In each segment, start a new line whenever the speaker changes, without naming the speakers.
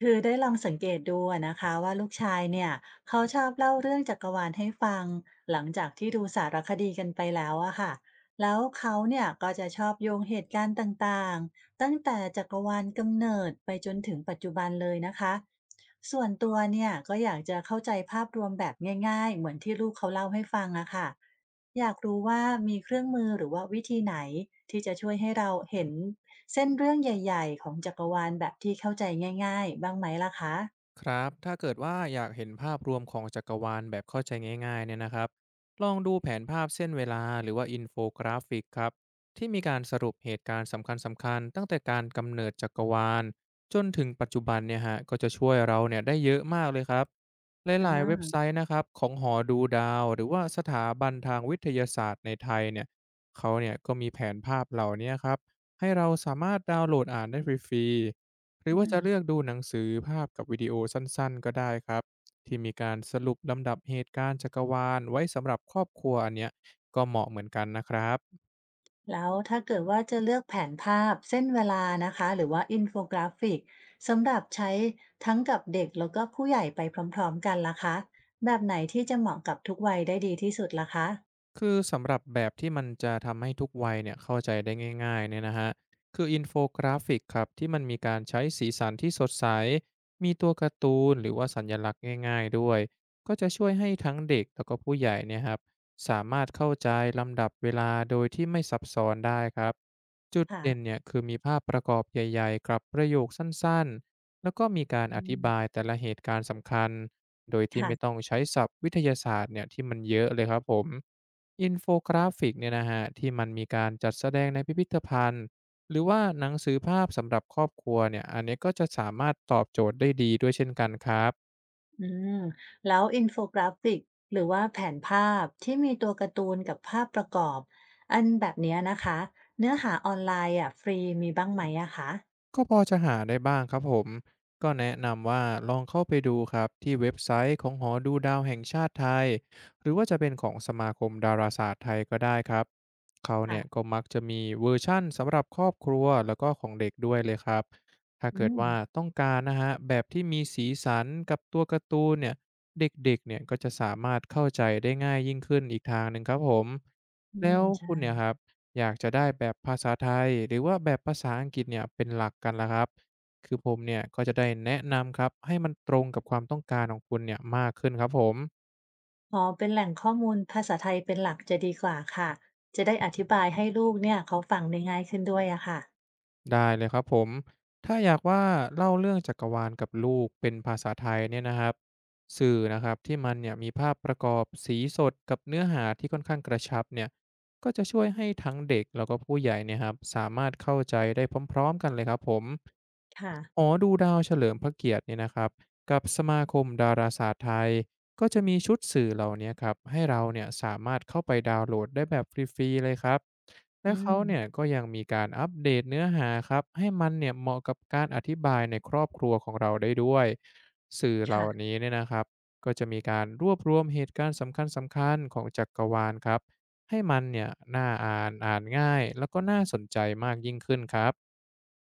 คือได้ลองสังเกตดูอะนะคะว่าลูกชายเนี่ยเขาชอบเล่าเรื่องจักรวาลให้ฟังหลังจากที่ดูสารคดีกันไปแล้วอะค่ะแล้วเขาเนี่ยก็จะชอบโยงเหตุการณ์ต่างๆตั้งแต่จักรวาลกำเนิดไปจนถึงปัจจุบันเลยนะคะส่วนตัวเนี่ยก็อยากจะเข้าใจภาพรวมแบบง่ายๆเหมือนที่ลูกเขาเล่าให้ฟังอะค่ะอยากรู้ว่ามีเครื่องมือหรือว่าวิธีไหนที่จะช่วยให้เราเห็น เส้นเรื่องใหญ่ๆของจักรวาลแบบที่เข้าใจง่ายๆบ้างไหมล่ะคะ
ครับ ถ้าเกิดว่าอยากเห็นภาพรวมของจักรวาลแบบเข้าใจง่ายๆเนี่ยนะครับลองดูแผนภาพเส้นเวลาหรือว่าอินโฟกราฟิกครับที่มีการสรุปเหตุการณ์สำคัญสำคัญตั้งแต่การกำเนิดจักรวาลจนถึงปัจจุบันเนี่ยฮะก็จะช่วยเราเนี่ยได้เยอะมากเลยครับห
อ
ลายๆเว็บไซ
า
ต์นะครับของหอดูดาวหรือว่าสถาบันทางวิทยาศาสตร์ในไทยเนี่ยเขาเนี่ยก็มีแผนภาพเหล่านี้ครับให้เราสามารถดาวน์โหลดอ่านได้ฟรีๆ หรือ
อื
ว่าจะ
ม
เลือกดูหนังสือภาพกับวิดีโอสั้นๆก็ได้ครับที่มีการสรุปลำดับเหตุการณ์จักรวาลไว้สำหรับครอบครัวอันเนี้ยก็เหมาะเหมือนกันนะครับ
แล้วถ้าเกิดว่าจะเลือกแผนภาพเส้นเวลานะคะหรือว่าอินโฟกราฟิกสำหรับใช้ทั้งกับเด็กแล้วก็ผู้ใหญ่ไปพร้อมๆกันล่ะคะแบบไหนที่จะเหมาะกับทุกวัยได้ดีที่สุดล่ะคะ
คือสำหรับแบบที่มันจะทำให้ทุกวัยเนี่ยเข้าใจได้ง่ายๆเนี่ยนะฮะคืออินโฟกราฟิกครับที่มันมีการใช้สีสันที่สดใส มีตัวการ์ตูนหรือว่าสัญลักษณ์ง่ายๆด้วย ก็จะช่วยให้ทั้งเด็กแล้วก็ผู้ใหญ่เนี่ยครับสามารถเข้าใจลำดับเวลาโดยที่ไม่ซับซ้อนได้ครับ จุด
ค่ะ
เด่นเนี่ยคือมีภาพประกอบใหญ่ๆกับประโยคสั้นๆแล้วก็มีการอ
อื
ธิบาย
ม
แต่ละเหตุการณ์สำคัญโดยที่ไม่
ค่ะ
ต้องใช้ศัพท์วิทยาศาสตร์เนี่ยที่มันเยอะเลยครับผม อินโฟกราฟิกเนี่ยนะฮะที่มันมีการจัดแสดงในพิพิธภัณฑ์หรือว่าหนังสือภาพสำหรับครอบครัวเนี่ยอันนี้ก็จะสามารถตอบโจทย์ได้ดีด้วยเช่นกันครับ
อืมแล้วอินโฟกราฟิกหรือว่าแผนภาพที่มีตัวการ์ตูนกับภาพประกอบอันแบบเนี้ยนะคะเนื้อหาออนไลน์อ่ะฟรีมีบ้างไหมอะคะ
ก็พอจะหาได้บ้างครับผมก็แนะนำว่าลองเข้าไปดูครับที่เว็บไซต์ของหอดูดาวแห่งชาติไทยหรือว่าจะเป็นของสมาคมดาราศาสตร์ไทยก็ได้ครับเขาเนี่ย
ค่ะ
ก็มักจะมีเวอร์ชั่นสำหรับครอบครัวแล้วก็ของเด็กด้วยเลยครับถ้า
อื
เกิด
ม
ว่าต้องการนะฮะแบบที่มีสีสันกับตัวการ์ตูนเนี่ยเด็กๆเนี่ยก็จะสามารถเข้าใจได้ง่ายยิ่งขึ้นอีกทางหนึ่งครับผม
อื
แล้
ม
ว
ใช่
คุณเนี่ยครับ อยากจะได้แบบภาษาไทยหรือว่าแบบภาษาอังกฤษเนี่ยเป็นหลักกันล่ะครับคือผมเนี่ยก็จะได้แนะนำครับให้มันตรงกับความต้องการของคุณเนี่ยมากขึ้นครับผม
ขอเป็นแหล่งข้อมูลภาษาไทยเป็นหลักจะดีกว่าค่ะจะได้อธิบายให้ลูกเนี่ยเขาฟังได้ง่ายขึ้นด้วยอะค่ะ
ได้เลยครับผม ถ้าอยากว่าเล่าเรื่องจักรวาลกับลูกเป็นภาษาไทยเนี่ยนะครับสื่อนะครับที่มันเนี่ยมีภาพประกอบสีสดกับเนื้อหาที่ค่อนข้างกระชับเนี่ยก็จะช่วยให้ทั้งเด็กแล้วก็ผู้ใหญ่เนี่ยครับสามารถเข้าใจได้พร้อมๆกันเลยครับผม
ค่ะ
หอดูดาวเฉลิมพระเกียรติเนี่ยนะครับกับสมาคมดาราศาสตร์ไทย ก็จะมีชุดสื่อเหล่าเนี้ยครับให้เราเนี่ยสามารถเข้าไปดาวน์โหลดได้แบบฟรีๆเลยครับ
อื
และเขา
ม
เนี่ยก็ยังมีการอัปเดตเนื้อหาครับให้มันเนี่ยเหมาะกับการอธิบายในครอบครัวของเราได้ด้วยสื่อเหล่า
ค่ะ
นี้เนี่ยนะครับก็จะมีการรวบรวมเหตุการณ์สำคัญๆของจักรวาลครับให้มันเนี่ยน่าอ่านอ่านง่ายแล้วก็น่าสนใจมากยิ่งขึ้นครับ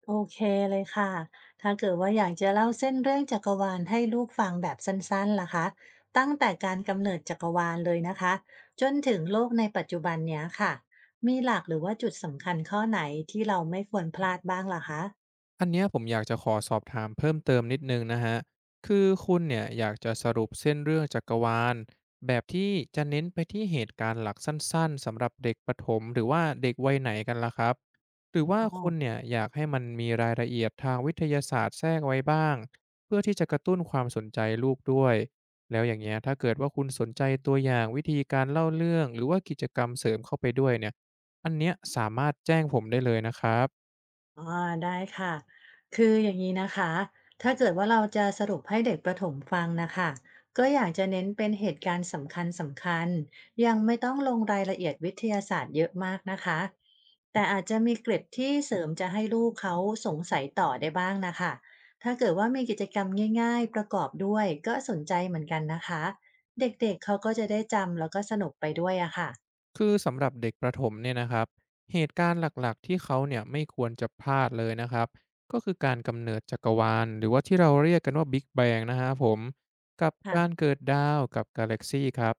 โอเคเลยค่ะ ถ้าเกิดว่าอยากจะเล่าเส้นเรื่องจักรวาลให้ลูกฟังแบบสั้นๆล่ะคะตั้งแต่การกำเนิดจักรวาลเลยนะคะ จนถึงโลกในปัจจุบันเนี้ยค่ะ มีหลักหรือว่าจุดสำคัญข้อไหนที่เราไม่ควรพลาดบ้างล่ะคะ
อันเนี้ยผมอยากจะขอสอบถามเพิ่มเติมนิดหนึ่งนะฮะ คือคุณเนี่ยอยากจะสรุปเส้นเรื่องจักรวาลแบบที่จะเน้นไปที่เหตุการณ์หลักสั้นๆสำหรับเด็กประถมหรือว่าเด็กวัยไหนกันล่ะครับหรือว่าคุณเนี่ยอยากให้มันมีรายละเอียดทางวิทยาศาสตร์แทรกไว้บ้างเพื่อที่จะกระตุ้นความสนใจลูกด้วย แล้วอย่างเงี้ยถ้าเกิดว่าคุณสนใจตัวอย่างวิธีการเล่าเรื่องหรือว่ากิจกรรมเสริมเข้าไปด้วยเนี่ยอันเนี้ยสามารถแจ้งผมได้เลยนะครับ
อ๋อได้ค่ะคืออย่างนี้นะคะถ้าเกิดว่าเราจะสรุปให้เด็กประถมฟังนะคะก็อยากจะเน้นเป็นเหตุการณ์สำคัญสำคัญยังไม่ต้องลงรายละเอียดวิทยาศาสตร์เยอะมากนะคะแต่อาจจะมีเกร็ดที่เสริมจะให้ลูกเขาสงสัยต่อได้บ้างนะคะถ้าเกิดว่ามีกิจกรรมง่ายๆประกอบด้วยก็สนใจเหมือนกันนะคะเด็กๆเขาก็จะได้จำแล้วก็สนุกไปด้วยอะค่ะ
คือสำหรับเด็กประถมเนี่ยนะครับเหตุการณ์หลักๆที่เขาเนี่ยไม่ควรจะพลาดเลยนะครับก็คือการกำเนิดจักรวาลหรือว่าที่เราเรียกกันว่า Big Bang นะฮะผมกับการ
ค่ะ
เกิดดาวกับกาแล็กซีครับ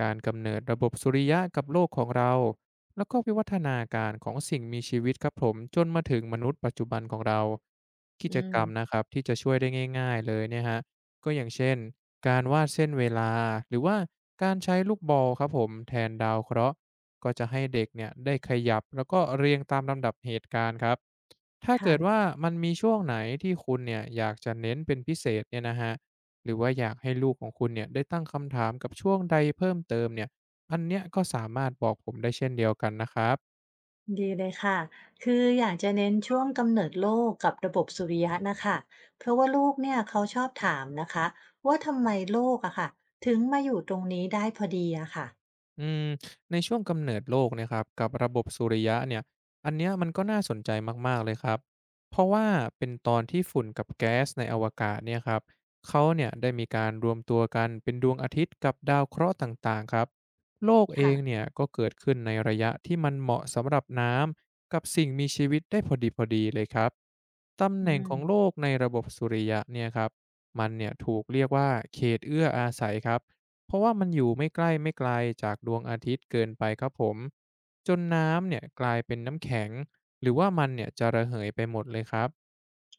การกำเนิดระบบสุริยะกับโลกของเราแล้วก็วิวัฒนาการของสิ่งมีชีวิตครับผมจนมาถึงมนุษย์ปัจจุบันของเรากิ
อื
จก
ม
รรมนะครับที่จะช่วยได้ง่ายๆเลยเนี่ยฮะ ก็อย่างเช่นการวาดเส้นเวลาหรือว่าการใช้ลูกบอลครับผมแทนดาวเคราะห์ก็จะให้เด็กเนี่ยได้ขยับแล้วก็เรียงตามลำดับเหตุการณ์ครับถ้า
ค่ะ
เกิดว่ามันมีช่วงไหนที่คุณเนี่ยอยากจะเน้นเป็นพิเศษเนี่ยนะฮะหรือว่าอยากให้ลูกของคุณเนี่ยได้ตั้งคำถามกับช่วงใดเพิ่มเติมเนี่ยอันเนี้ยก็สามารถบอกผมได้เช่นเดียวกันนะครับ
ดีเลยค่ะ คืออยากจะเน้นช่วงกำเนิดโลกกับระบบสุริยะนะคะ เพราะว่าลูกเนี่ยเขาชอบถามนะคะว่าทำไมโลกอะค่ะถึงมาอยู่ตรงนี้ได้พอดีอะค่ะ
อืมในช่วงกำเนิดโลกนะครับกับระบบสุริยะเนี่ยอันเนี้ยมันก็น่าสนใจมากๆเลยครับเพราะว่าเป็นตอนที่ฝุ่นกับแก๊สในอวกาศเนี่ยครับเขาเนี่ยได้มีการรวมตัวกันเป็นดวงอาทิตย์กับดาวเคราะห์ต่างๆครับโลกเอง
ค่ะ
เนี่ยก็เกิดขึ้นในระยะที่มันเหมาะสำหรับน้ำกับสิ่งมีชีวิตได้พอดีพอดีเลยครับตำ
อื
แหน่งข
ม
องโลกในระบบสุริยะเนี่ยครับมันเนี่ยถูกเรียกว่าเขตเอื้ออาศัยครับ เพราะว่ามันอยู่ไม่ใกล้ไม่ไกลจากดวงอาทิตย์เกินไปครับผมจนน้ำเนี่ยกลายเป็นน้ำแข็งหรือว่ามันเนี่ยจะระเหยไปหมดเลยครับ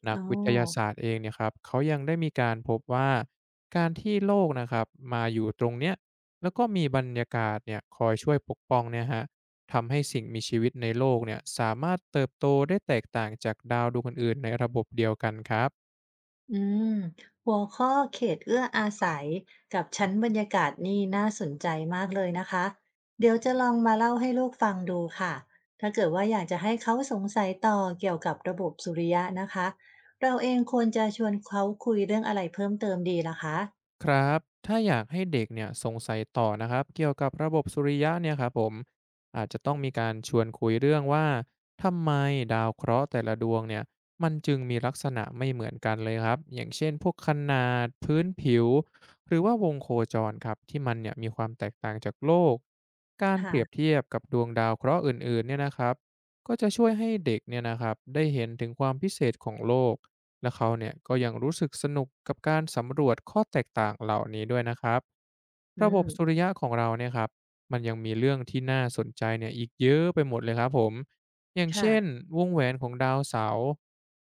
นัก
อ๋อ
วิทยาศาสตร์เองเนี่ยครับเขายังได้มีการพบว่าการที่โลกนะครับมาอยู่ตรงเนี้ยแล้วก็มีบรรยากาศเนี่ยคอยช่วยปกป้องเนี่ยฮะทำให้สิ่งมีชีวิตในโลกเนี่ยสามารถเติบโตได้แตกต่างจากดาวดวงอื่นๆในระบบเดียวกันครับ
อืมหัวข้อเขตเอื้ออาศัยกับชั้นบรรยากาศนี่น่าสนใจมากเลยนะคะเดี๋ยวจะลองมาเล่าให้ลูกฟังดูค่ะถ้าเกิดว่าอยากจะให้เขาสงสัยต่อเกี่ยวกับระบบสุริยะนะคะเราเองควรจะชวนเขาคุยเรื่องอะไรเพิ่มเติมดีล่ะคะ
ครับ ถ้าอยากให้เด็กเนี่ยสงสัยต่อนะครับเกี่ยวกับระบบสุริยะเนี่ยครับผมอาจจะต้องมีการชวนคุยเรื่องว่า ทำไมดาวเคราะห์แต่ละดวงเนี่ยมันจึงมีลักษณะไม่เหมือนกันเลยครับอย่างเช่น พวกขนาดพื้นผิว หรือว่าวงโคจรครับที่มันเนี่ยมีความแตกต่างจากโลก การเปรียบ
ค่ะ
เทียบกับดวงดาวเคราะห์อื่นๆเนี่ยนะครับก็จะช่วยให้เด็กเนี่ยนะครับได้เห็นถึงความพิเศษของโลก และเขาเนี่ยก็ยังรู้สึกสนุกกับการสำรวจข้อแตกต่างเหล่านี้ด้วยนะครับ
อื
ระบบสุ
ม
ริยะของเราเนี่ยครับมันยังมีเรื่องที่น่าสนใจเนี่ยอีกเยอะไปหมดเลยครับผมอย่าง
ค่ะ
เช่นวงแหวนของดาวเสาร์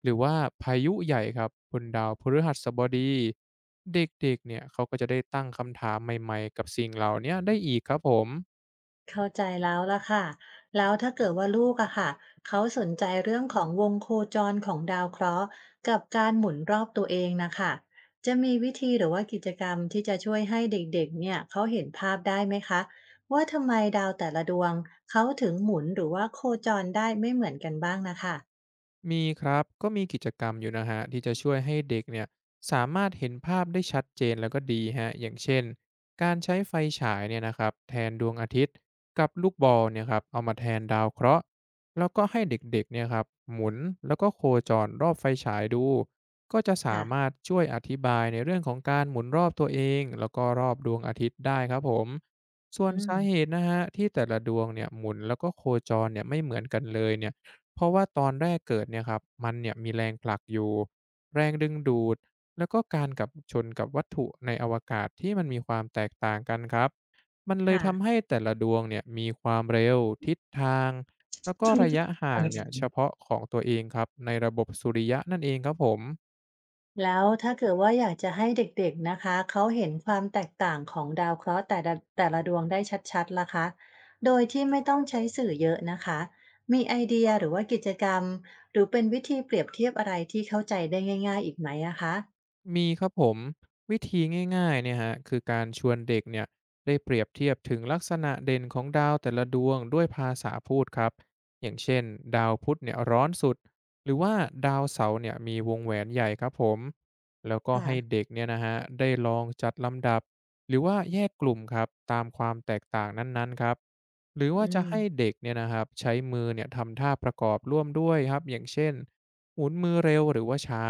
หรือว่าพายุใหญ่ครับบนดาวพฤหัสบดีเด็กๆเนี่ยเขาก็จะได้ตั้งคำถามใหม่ๆกับสิ่งเหล่าเนี้ยได้อีกครับผม
เข้าใจแล้วล่ะค่ะแล้วถ้าเกิดว่าลูกอะค่ะเขาสนใจเรื่องของวงโคจรของดาวเคราะห์กับการหมุนรอบตัวเองนะคะจะมีวิธีหรือว่ากิจกรรมที่จะช่วยให้เด็กๆเนี่ยเขาเห็นภาพได้ไหมคะว่าทำไมดาวแต่ละดวงเขาถึงหมุนหรือว่าโคจรได้ไม่เหมือนกันบ้างนะคะ
มีครับก็มีกิจกรรมอยู่นะฮะที่จะช่วยให้เด็กเนี่ยสามารถเห็นภาพได้ชัดเจนแล้วก็ดีฮะอย่างเช่นการใช้ไฟฉายเนี่ยนะครับแทนดวงอาทิตย์กับลูกบอลเนี่ยครับเอามาแทนดาวเคราะห์แล้วก็ให้เด็กๆเนี่ยครับหมุนแล้วก็โคจรรอบไฟฉายดูก็จะสา
ค่ะ
มารถช่วยอธิบายในเรื่องของการหมุนรอบตัวเองแล้วก็รอบดวงอาทิตย์ได้ครับผมส่
อื
วน
ม
สาเหตุนะฮะที่แต่ละดวงเนี่ยหมุนแล้วก็โคจรเนี่ยไม่เหมือนกันเลยเนี่ย เพราะว่าตอนแรกเกิดเนี่ยครับมันเนี่ยมีแรงผลักอยู่แรงดึงดูดแล้วก็การกับชนกับวัตถุในอวกาศที่มันมีความแตกต่างกันครับมันเลย
ค่ะ
ทำให้แต่ละดวงเนี่ยมีความเร็วทิศทางแล้วก็ระยะห่างเนี่ยเฉพาะของตัวเองครับในระบบสุริยะนั่นเองครับผม
แล้วถ้าเกิดว่าอยากจะให้เด็กๆนะคะเขาเห็นความแตกต่างของดาวเคราะห์แต่ละดวงได้ชัดๆล่ะคะโดยที่ไม่ต้องใช้สื่อเยอะนะคะมีไอเดียหรือว่ากิจกรรมหรือเป็นวิธีเปรียบเทียบอะไรที่เข้าใจได้ง่ายๆอีกไหมอะคะ
มีครับผมวิธีง่ายๆเนี่ยฮะคือการชวนเด็กเนี่ยได้เปรียบเทียบถึงลักษณะเด่นของดาวแต่ละดวงด้วยภาษาพูดครับอย่างเช่นดาวพุธเนี่ยร้อนสุดหรือว่าดาวเสาร์เนี่ยมีวงแหวนใหญ่ครับผมแล้วก็ให้
ค่ะ
เด็กเนี่ยนะฮะได้ลองจัดลำดับหรือว่าแยกกลุ่มครับตามความแตกต่างนั้นๆครับหรือ
อื
ว่าจะ
ม
ให้เด็กเนี่ยนะครับใช้มือเนี่ยทำท่าประกอบร่วมด้วยครับอย่างเช่น หมุนมือเร็วหรือว่าช้า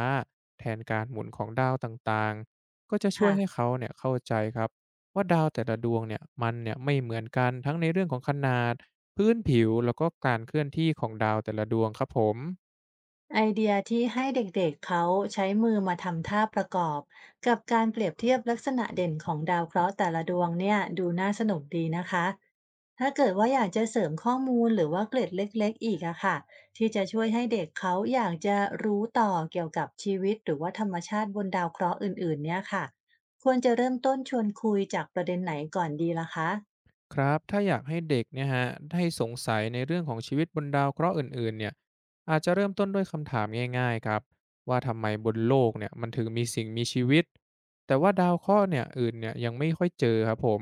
แทนการหมุนของดาวต่างๆ ก็จะช่วย
ค่ะ
ให้เขาเนี่ยเข้าใจครับว่าดาวแต่ละดวงเนี่ยมันเนี่ยไม่เหมือนกันทั้งในเรื่องของขนาดพื้นผิวแล้วก็การเคลื่อนที่ของดาวแต่ละดวงครับผม
ไอเดียที่ให้เด็กๆเขาใช้มือมาทำท่าประกอบกับการเปรียบเทียบลักษณะเด่นของดาวเคราะห์แต่ละดวงเนี่ยดูน่าสนุกดีนะคะถ้าเกิดว่าอยากจะเสริมข้อมูลหรือว่าเกร็ดเล็กๆอีกอะค่ะที่จะช่วยให้เด็กเขาอยากจะรู้ต่อเกี่ยวกับชีวิตหรือว่าธรรมชาติบนดาวเคราะห์อื่นๆเนี่ยค่ะควรจะเริ่มต้นชวนคุยจากประเด็นไหนก่อนดีล่ะคะ
ครับถ้าอยากให้เด็กเนี่ยฮะได้สงสัยในเรื่องของชีวิตบนดาวเคราะห์อื่นๆเนี่ยอาจจะเริ่มต้นด้วยคำถามง่ายๆครับว่าทำไมบนโลกเนี่ยมันถึงมีสิ่งมีชีวิตแต่ว่าดาวเคราะห์เนี่ยอื่นเนี่ยยังไม่ค่อยเจอครับผม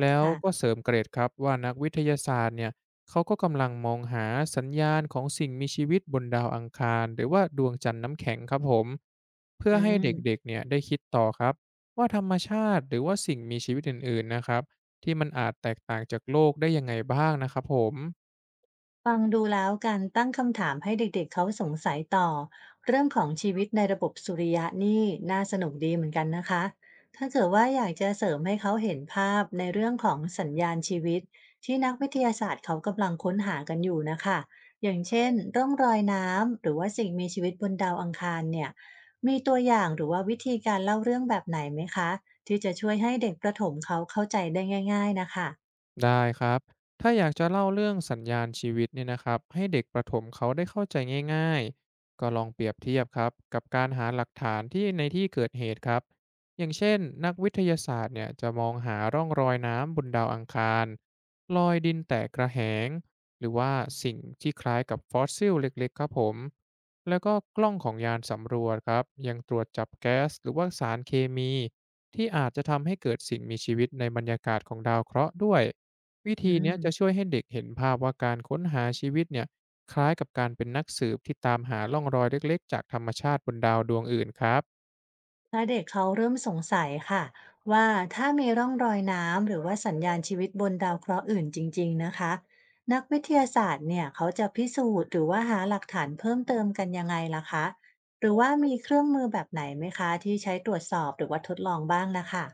แล้ว
ค่ะ
ก็เสริมเกรดครับว่านักวิทยาศาสตร์เนี่ยเขาก็กำลังมองหาสัญญาณของสิ่งมีชีวิตบนดาวอังคารหรือว่าดวงจันทร์น้ำแข็งครับผมเพื่อ
อื
ให้เด็ก
ม
ๆเนี่ยได้คิดต่อครับว่าธรรมชาติหรือว่าสิ่งมีชีวิตอื่นๆนะครับ ที่มันอาจแตกต่างจากโลกได้ยังไงบ้างนะครับผม
ฟังดูแล้วการตั้งคำถามให้เด็กๆเขาสงสัยต่อเรื่องของชีวิตในระบบสุริยะนี่น่าสนุกดีเหมือนกันนะคะถ้าเกิดว่าอยากจะเสริมให้เขาเห็นภาพในเรื่องของสัญญาณชีวิตที่นักวิทยาศาสตร์เขากำลังค้นหากันอยู่นะคะอย่างเช่นร่องรอยน้ำหรือว่าสิ่งมีชีวิตบนดาวอังคารเนี่ยมีตัวอย่างหรือว่าวิธีการเล่าเรื่องแบบไหนไหมคะที่จะช่วยให้เด็กประถมเขาเข้าใจได้ง่ายๆนะคะ
ได้ครับ ถ้าอยากจะเล่าเรื่องสัญญาณชีวิตเนี่ยนะครับให้เด็กประถมเขาได้เข้าใจง่ายๆก็ลองเปรียบเทียบครับกับการหาหลักฐานที่ในที่เกิดเหตุครับ อย่างเช่นนักวิทยาศาสตร์เนี่ยจะมองหาร่องรอยน้ำบนดาวอังคาร รอยดินแตกกระแหง หรือว่าสิ่งที่คล้ายกับฟอสซิลเล็กๆครับผม แล้วก็กล้องของยานสำรวจครับยังตรวจจับแก๊สหรือว่าสารเคมีที่อาจจะทำให้เกิดสิ่งมีชีวิตในบรรยากาศของดาวเคราะห์ด้วย วิ
อื
ธีเนี้ยจะช่ว
ม
ยให้เด็กเห็นภาพว่าการค้นหาชีวิตเนี่ยคล้ายกับการเป็นนักสืบที่ตามหาร่องรอยเล็กๆจากธรรมชาติบนดาวดวงอื่นครับ
ถ้าเด็กเขาเริ่มสงสัยค่ะว่าถ้ามีร่องรอยน้ำหรือว่าสัญญาณชีวิตบนดาวเคราะห์อื่นจริงๆนะคะนักวิทยาศาสตร์เนี่ยเขาจะพิสูจน์หรือว่าหาหลักฐานเพิ่มเติมกันยังไงล่ะคะหรือว่ามีเครื่องมือแบบไหนไหมคะที่ใช้ตรวจสอบหรือว่าทดลองบ้างนะคะ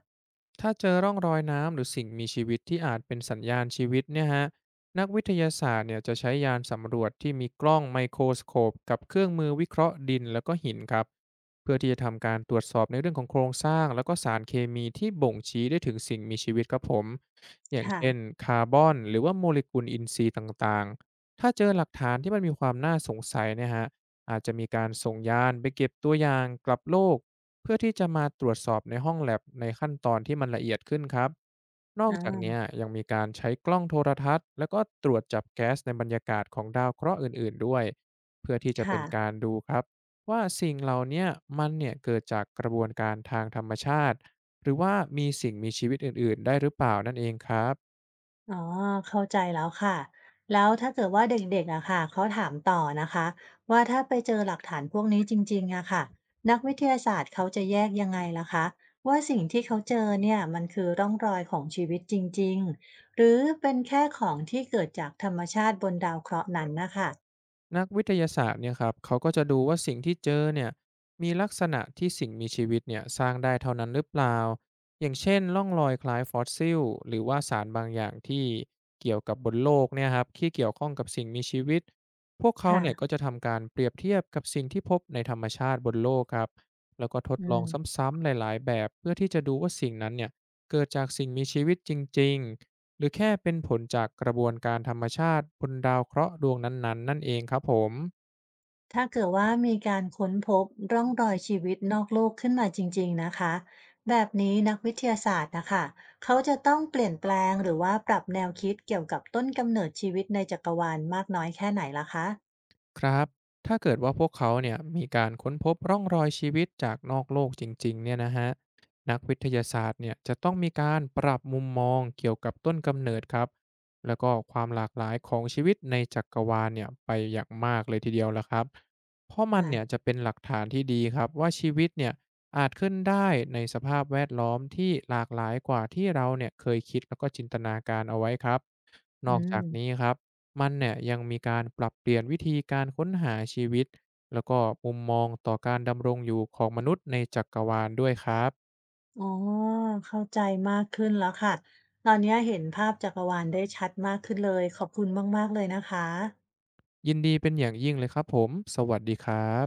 ถ้าเจอร่องรอยน้ำหรือสิ่งมีชีวิตที่อาจเป็นสัญญาณชีวิตเนี่ยฮะนักวิทยาศาสตร์เนี่ยจะใช้ยานสำรวจที่มีกล้องไมโครสโคปกับเครื่องมือวิเคราะห์ดินแล้วก็หินครับเพื่อที่จะทำการตรวจสอบในเรื่องของโครงสร้างแล้วก็สารเคมีที่บ่งชี้ได้ถึงสิ่งมีชีวิตครับผมอย่าง
ค่ะ
เช่นคาร์บอนหรือว่าโมเลกุลอินทรีย์ต่างๆถ้าเจอหลักฐานที่มันมีความน่าสงสัยเนี่ยฮะอาจจะมีการส่งยานไปเก็บตัวอย่างกลับโลก เพื่อที่จะมาตรวจสอบในห้องแล็บในขั้นตอนที่มันละเอียดขึ้นครับ นอกจากเนี้
อ่า
ยยังมีการใช้กล้องโทรทัศน์แล้วก็ตรวจจับแก๊สในบรรยากาศของดาวเคราะห์อื่นๆด้วยเพื่อที่จะเป็
ค่ะ
นการดูครับว่าสิ่งเหล่าเนี้ยมันเนี่ยเกิดจากกระบวนการทางธรรมชาติหรือว่ามีสิ่งมีชีวิตอื่นๆได้หรือเปล่านั่นเองครับ
อ๋อเข้าใจแล้วค่ะแล้วถ้าเกิดว่าเด็กๆอะค่ะเขาถามต่อนะคะว่าถ้าไปเจอหลักฐานพวกนี้จริงๆอะค่ะนักวิทยาศาสตร์เขาจะแยกยังไงล่ะคะว่าสิ่งที่เขาเจอเนี่ยมันคือร่องรอยของชีวิตจริงๆหรือเป็นแค่ของที่เกิดจากธรรมชาติบนดาวเคราะห์นั้นนะคะ
นักวิทยาศาสตร์เนี่ยครับเขาก็จะดูว่าสิ่งที่เจอเนี่ยมีลักษณะที่สิ่งมีชีวิตเนี่ยสร้างได้เท่านั้นหรือเปล่าอย่างเช่นร่องรอยคล้ายฟอสซิลหรือว่าสารบางอย่างที่เกี่ยวกับบนโลกเนี่ยครับที่เกี่ยวข้องกับสิ่งมีชีวิตพวกเขา
ค่ะ
เนี่ยก็จะทำการเปรียบเทียบกับสิ่งที่พบในธรรมชาติบนโลกครับแล้วก็ทด
อื
ลอง
ม
ซ้ำๆหลายๆแบบเพื่อที่จะดูว่าสิ่งนั้นเนี่ยเกิดจากสิ่งมีชีวิตจริงๆ หรือแค่เป็นผลจากกระบวนการธรรมชาติบนดาวเคราะห์ดวงนั้นๆนั่นเองครับผม
ถ้าเกิดว่ามีการค้นพบร่องรอยชีวิตนอกโลกขึ้นมาจริงๆ นะคะแบบนี้นักวิทยาศาสตร์นะคะเขาจะต้องเปลี่ยนแปลงหรือว่าปรับแนวคิดเกี่ยวกับต้นกำเนิดชีวิตในจักรวาลมากน้อยแค่ไหนล่ะคะ
ครับถ้าเกิดว่าพวกเขาเนี่ยมีการค้นพบร่องรอยชีวิตจากนอกโลกจริงๆเนี่ยนะฮะนักวิทยาศาสตร์เนี่ยจะต้องมีการปรับมุมมองเกี่ยวกับต้นกำเนิดครับแล้วก็ความหลากหลายของชีวิตในจักรวาลเนี่ยไปอย่างมากเลยทีเดียวละครับเพราะมันเนี่ย
ค่ะ
จะเป็นหลักฐานที่ดีครับว่าชีวิตเนี่ยอาจขึ้นได้ในสภาพแวดล้อมที่หลากหลายกว่าที่เราเนี่ยเคยคิดแล้วก็จินตนาการเอาไว้ครับ น
อื
อกจา
ม
กนี้ครับ มันเนี่ยยังมีการปรับเปลี่ยนวิธีการค้นหาชีวิต แล้วก็มุมมองต่อการดำรงอยู่ของมนุษย์ในจักรวาลด้วยครับ
อ๋อเข้าใจมากขึ้นแล้วค่ะตอนนี้เห็นภาพจักรวาลได้ชัดมากขึ้นเลยขอบคุณมากๆเลยนะคะ
ยินดีเป็นอย่างยิ่งเลยครับผม สวัสดีครับ